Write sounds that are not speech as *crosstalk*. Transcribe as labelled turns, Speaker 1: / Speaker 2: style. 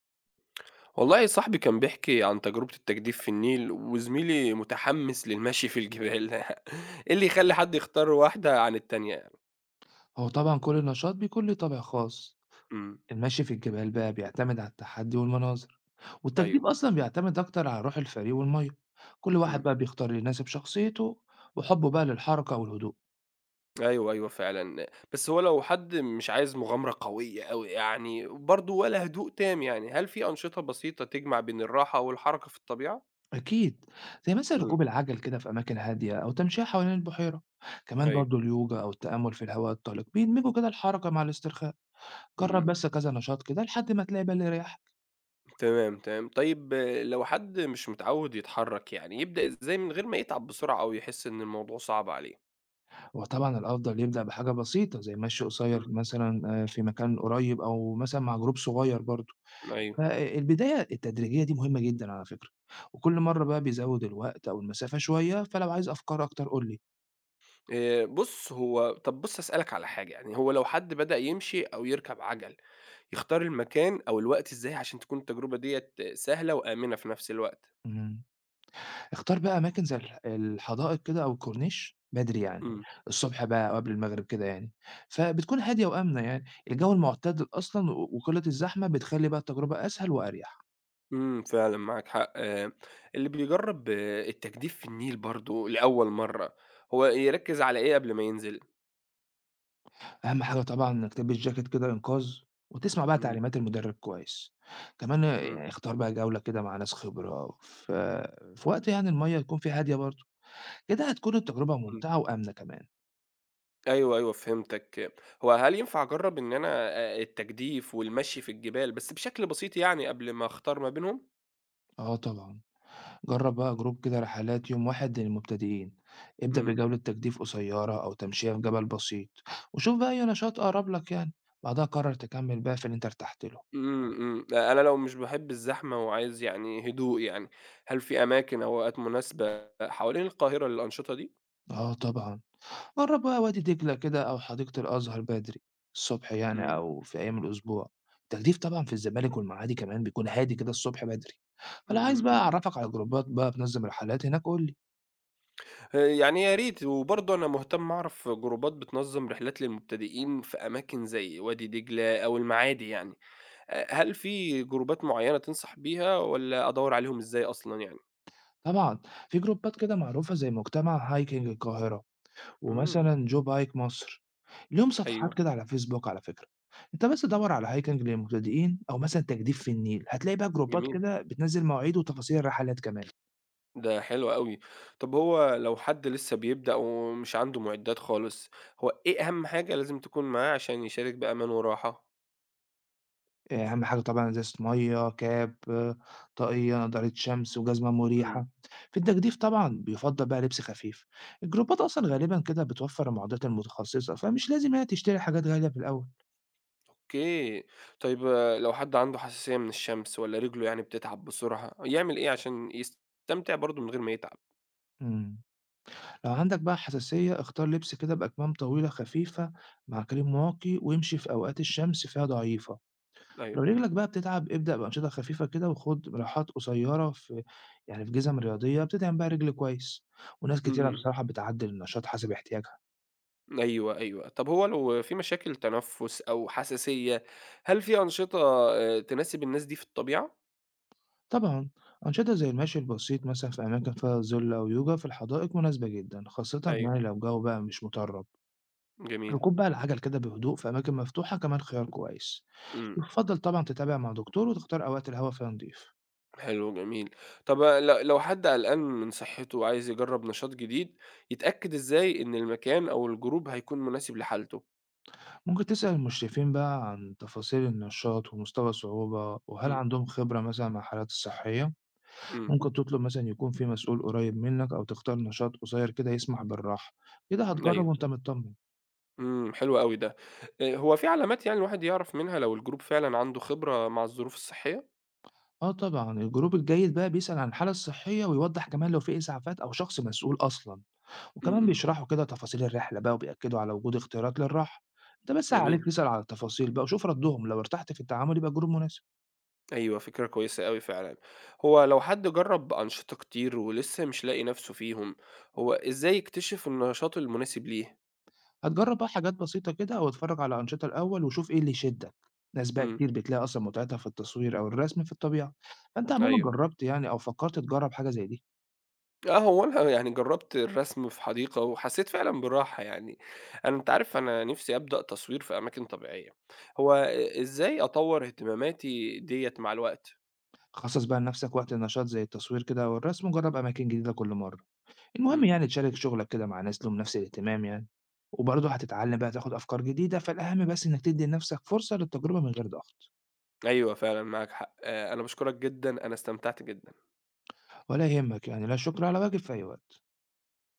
Speaker 1: والله صاحبي كان بيحكي عن تجربة التجديف في النيل، وزميلي متحمس للمشي في الجبال. *laughs* ايه اللي يخلي حد يختار واحدة عن التانية؟
Speaker 2: هو طبعا كل نشاط بيكون له طابع خاص.
Speaker 1: امم،
Speaker 2: المشي في الجبال بقى بيعتمد على التحدي والمناظر، والتجديف
Speaker 1: ايوه.
Speaker 2: أصلا بيعتمد أكتر على روح الفريق والمية. كل واحد
Speaker 1: امم،
Speaker 2: بقى بيختار اللي يناسب شخصيته وحبه بقى للحركة والهدوء.
Speaker 1: ايوه، ايوه فعلا. بس هو لو حد مش عايز مغامرة قوية قوي، يعني برضه، ولا هدوء تام، يعني هل في أنشطة بسيطة تجمع بين الراحة والحركة في الطبيعة؟
Speaker 2: أكيد، زي مثلا
Speaker 1: امم،
Speaker 2: ركوب العجل كده في أماكن هادية أو تمشية حوالين البحيرة. كمان
Speaker 1: ايوه.
Speaker 2: برضو اليوجا أو التأمل في الهواء الطلق بيدمجوا كده الحركة مع الاسترخاء.
Speaker 1: امم،
Speaker 2: جرب بس
Speaker 1: إمم،
Speaker 2: كذا نشاط كده لحد ما تلاقي بقى اللي يريحك.
Speaker 1: تمام تمام. طيب، لو حد مش متعود يتحرك، يعني يبدأ ازاي من غير ما يتعب بسرعة، او يحس ان الموضوع صعب عليه؟
Speaker 2: وطبعا الأفضل يبدأ بحاجة بسيطة زي مشي قصير
Speaker 1: امم،
Speaker 2: مثلا، آه، في مكان قريب أو مثلا مع جروب صغير برضو.
Speaker 1: ايوه.
Speaker 2: فالبداية التدريجية دي مهمة جدًا على فكرة، وكل مرّة بقى بيزوّد الوقت أو المسافة شوية، فلو عايز أفكار أكتر قُل لي.
Speaker 1: بُص، هو طَب بُص هاسألك على حاجة، يعني هو لو حد بدأ يمشي أو يركب عَجَل، يختار المكان أو الوقت إزاي عشان تكون التجربة ديّة سهلة وآمنة في نفس الوقت؟
Speaker 2: إمم. اختار بقى أماكن زي الحدائق كده أو الكورنيش بدري يعني،
Speaker 1: إمم،
Speaker 2: الصبح بقى أو قبل المغرب كده يعني، فبتكون هادية وآمنة يعني. الجو المعتدل أصلًا و وقلة الزحمة بتخلّي بقى التجربة أسهل وأريح.
Speaker 1: إمم، فعلًا معاك حق. اللي بيجرّب التجديف في النيل برضه لأول مرّة، هو يركّز على إيه قبل ما ينزل؟
Speaker 2: أهم حاجة طبعًا إنك تلبس جاكيت كده إنقاذ وتسمع بقى
Speaker 1: إمم،
Speaker 2: تعليمات المدرب كويس. كمان
Speaker 1: إمم،
Speaker 2: يعني اختار بقى جولة كده مع ناس خبرة في وقت يعني المَيّة تكون فيه هادية برضه. كده هتكون التجربة
Speaker 1: إمم،
Speaker 2: ممتعة وآمنة كمان.
Speaker 1: أيوه، أيوه فهمتك. هو هل ينفع أجرّب إن أنا التجديف والمشي في الجبال، بس بشكل بسيط يعني قبل ما أختار ما بينهم؟
Speaker 2: اه طبعا، جرب بقى جروب كده رحلات يوم واحد للمبتدئين. ابدأ
Speaker 1: إمم.
Speaker 2: بجولة تجديف قصيرة أو تمشية في جبل بسيط، وشوف بقى أي نشاط أقرب لك يعني. بعدها قرر تكمل بقى في اللي أنت ارتحت له.
Speaker 1: إمم، إمم. لأ، أنا لو مش باحب الزحمة وعايز يعني هدوء، يعني هل في أماكن أو أوقات مناسبة حوالين القاهرة للأنشطة دي؟
Speaker 2: اه طبعا، جرب بقى وادي دجلة كده أو حديقة الأزهر بدري، الصبح يعني
Speaker 1: إمم،
Speaker 2: أو في أيام الأسبوع. التجديف طبعا في الزمالك والمعادي كمان بيكون هادي كده الصبح بدري. فلو
Speaker 1: إمم،
Speaker 2: عايز
Speaker 1: إمم،
Speaker 2: بقى
Speaker 1: إمم.
Speaker 2: أعرفك على جروبات بقى بنظم رحلات هناك قول.
Speaker 1: يعني يا ريت، وبرضه أنا مهتم أعرف جروبات بتنظّم رحلات للمبتدئين في أماكن زي وادي دجلة أو المعادي، يعني هل في جروبات معيّنة تنصح بيها والّا أدوّر عليهم إزاي أصلًا يعني؟
Speaker 2: طبعًا، في جروبات كده معروفة زي مجتمع هايكنج القاهرة،
Speaker 1: إمم،
Speaker 2: ومثلًا جو بايك مصر، ليهم صفحات
Speaker 1: أيوه،
Speaker 2: كده على فيسبوك على فكرة. أنت بس دَوّر على هايكنج للمبتدئين أو مثلًا تجديف في النيل، هتلاقي بقى جروبات
Speaker 1: جميل.
Speaker 2: كده بتنزّل مواعيد وتفاصيل الرحلات كمان.
Speaker 1: ده حلو أوي. طب هو لو حد لسه بيبدأ ومش عنده معدات خالص، هو إيه أهم حاجة لازم تكون معاه عشان يشارك بأمان وراحة؟
Speaker 2: آه، أهم حاجة طبعًا إزازة مَيّة، كاب، آه، طاقية، نضارة شمس وجزمة
Speaker 1: إمم،
Speaker 2: مُريحة. في التجديف طبعًا بيُفضّل بقى لبس خفيف. الجروبات أصلًا غالبًا كده بتوفّر المعدات المتخصصة، فمش لازم يعني تشتري حاجات غالية في الأول.
Speaker 1: أوكي. طيب، لو حد عنده حساسية من الشمس والّا رجله يعني بتتعب بسرعة، يعمل إيه عشان يستمتع برضه من غير ما يتعب؟
Speaker 2: إمم. لو عندك بقى حساسية، اختار لبس كده بأكمام طويلة خفيفة مع كريم واقي، وامشي في أوقات الشمس فيها ضعيفة.
Speaker 1: أيوه.
Speaker 2: لو رجلك بقى بتتعب، ابدأ بأنشطة خفيفة كده وخد راحات قصيرة يعني في جزم رياضية بتدعم بقى رجل كويس. وناس
Speaker 1: إمم،
Speaker 2: كتيرة
Speaker 1: إمم.
Speaker 2: بصراحة بتعدل النشاط حسب احتياجها.
Speaker 1: أيوه، أيوه. طب هو لو في مشاكل تنفس أو حساسية، هل في أنشطة تناسب الناس دي في الطبيعة؟
Speaker 2: طبعا، أنشطة زي المشي البسيط مثلا في أماكن فيها ظل أو يوجا في الحدائق مناسبة جدا، خاصة
Speaker 1: أيوه،
Speaker 2: يعني لو الجو بقى مش مطرب.
Speaker 1: جميل.
Speaker 2: ركوب بقى العجل كده بهدوء في أماكن مفتوحة كمان خيار كويس.
Speaker 1: إمم.
Speaker 2: يفضل طبعا تتابع مع دكتور وتختار أوقات الهواء فيها نضيف.
Speaker 1: حلو جميل. طب لو حد قلقان من صحته وعايز يجرّب نشاط جديد، يتأكد إزاي إن المكان أو الجروب هيكون مناسب لحالته؟
Speaker 2: ممكن تسأل المشرفين بقى عن تفاصيل النشاط ومستوى الصعوبة، وهل
Speaker 1: إمم،
Speaker 2: عندهم خبرة مثلا مع الحالات الصحية.
Speaker 1: إمم،
Speaker 2: ممكن تطلب مثلا يكون في مسؤول قريب منك أو تختار نشاط قصير كده يسمح بالراحة. كده هتجرب
Speaker 1: أيوه،
Speaker 2: وأنت مطمن.
Speaker 1: إمم، حلو أوي ده. هو في علامات، يعني الواحد يعرف منها لو الجروب فعلًا عنده خبرة مع الظروف الصحية؟
Speaker 2: اه طبعا، الجروب الجيد بقى بيسأل عن الحالة الصحية ويوضح كمان لو في إسعافات أو شخص مسؤول أصلا.
Speaker 1: إمم،
Speaker 2: وكمان
Speaker 1: إمم،
Speaker 2: بيشرحوا كده تفاصيل الرحلة بقى وبيأكدوا على وجود اختيارات للراحة. انت بس
Speaker 1: جميل.
Speaker 2: عليك تسأل على التفاصيل بقى وشوف ردهم، لو ارتحت في التعامل يبقى الجروب مناسب.
Speaker 1: أيوه، فكرة كويسة أوي فعلًا. هو لو حد جرّب أنشطة كتير ولسه مش لاقي نَفْسه فيهم، هو إزاي يكتشف النشاط المناسب ليه؟
Speaker 2: هتجرب بقى حاجات بسيطة كده او اتفرج على أنشطة الأول وشوف ايه اللي يشدك. ناس بقى
Speaker 1: إمم،
Speaker 2: كتير بتلاقي أصلا متعتها في التصوير أو الرسم في الطبيعة. فانت عموما
Speaker 1: أيوه.
Speaker 2: جربت يعني أو فكرت تجرب حاجة زي دي؟
Speaker 1: هو أنا يعني جرّبت الرسم في حديقة وحسّيت فعلًا براحة يعني. أنت عارف أنا نِفْسي أبدأ تصوير في أماكن طبيعية. هو إزاي أطوّر اهتماماتي ديّة مع الوقت؟
Speaker 2: خصص بقى لنفسك وقت النشاط زي التصوير كده أو الرسم، وجرب أماكن جديدة كل مرة. المهم
Speaker 1: إمم،
Speaker 2: يعني تشارك شغلك كده مع ناس لهم نفس الاهتمام يعني، وبرضه هتتعلم بقى تاخد أفكار جديدة. فالأهم بس إنك تدي لنفسك فرصة للتجربة من غير ضغط.
Speaker 1: أيوه فعلًا معاك حق. أنا باشكرك جدًا، أنا استمتعت جدًا.
Speaker 2: ولا يهمك يعني، لا شكر على واجب، في أي وقت.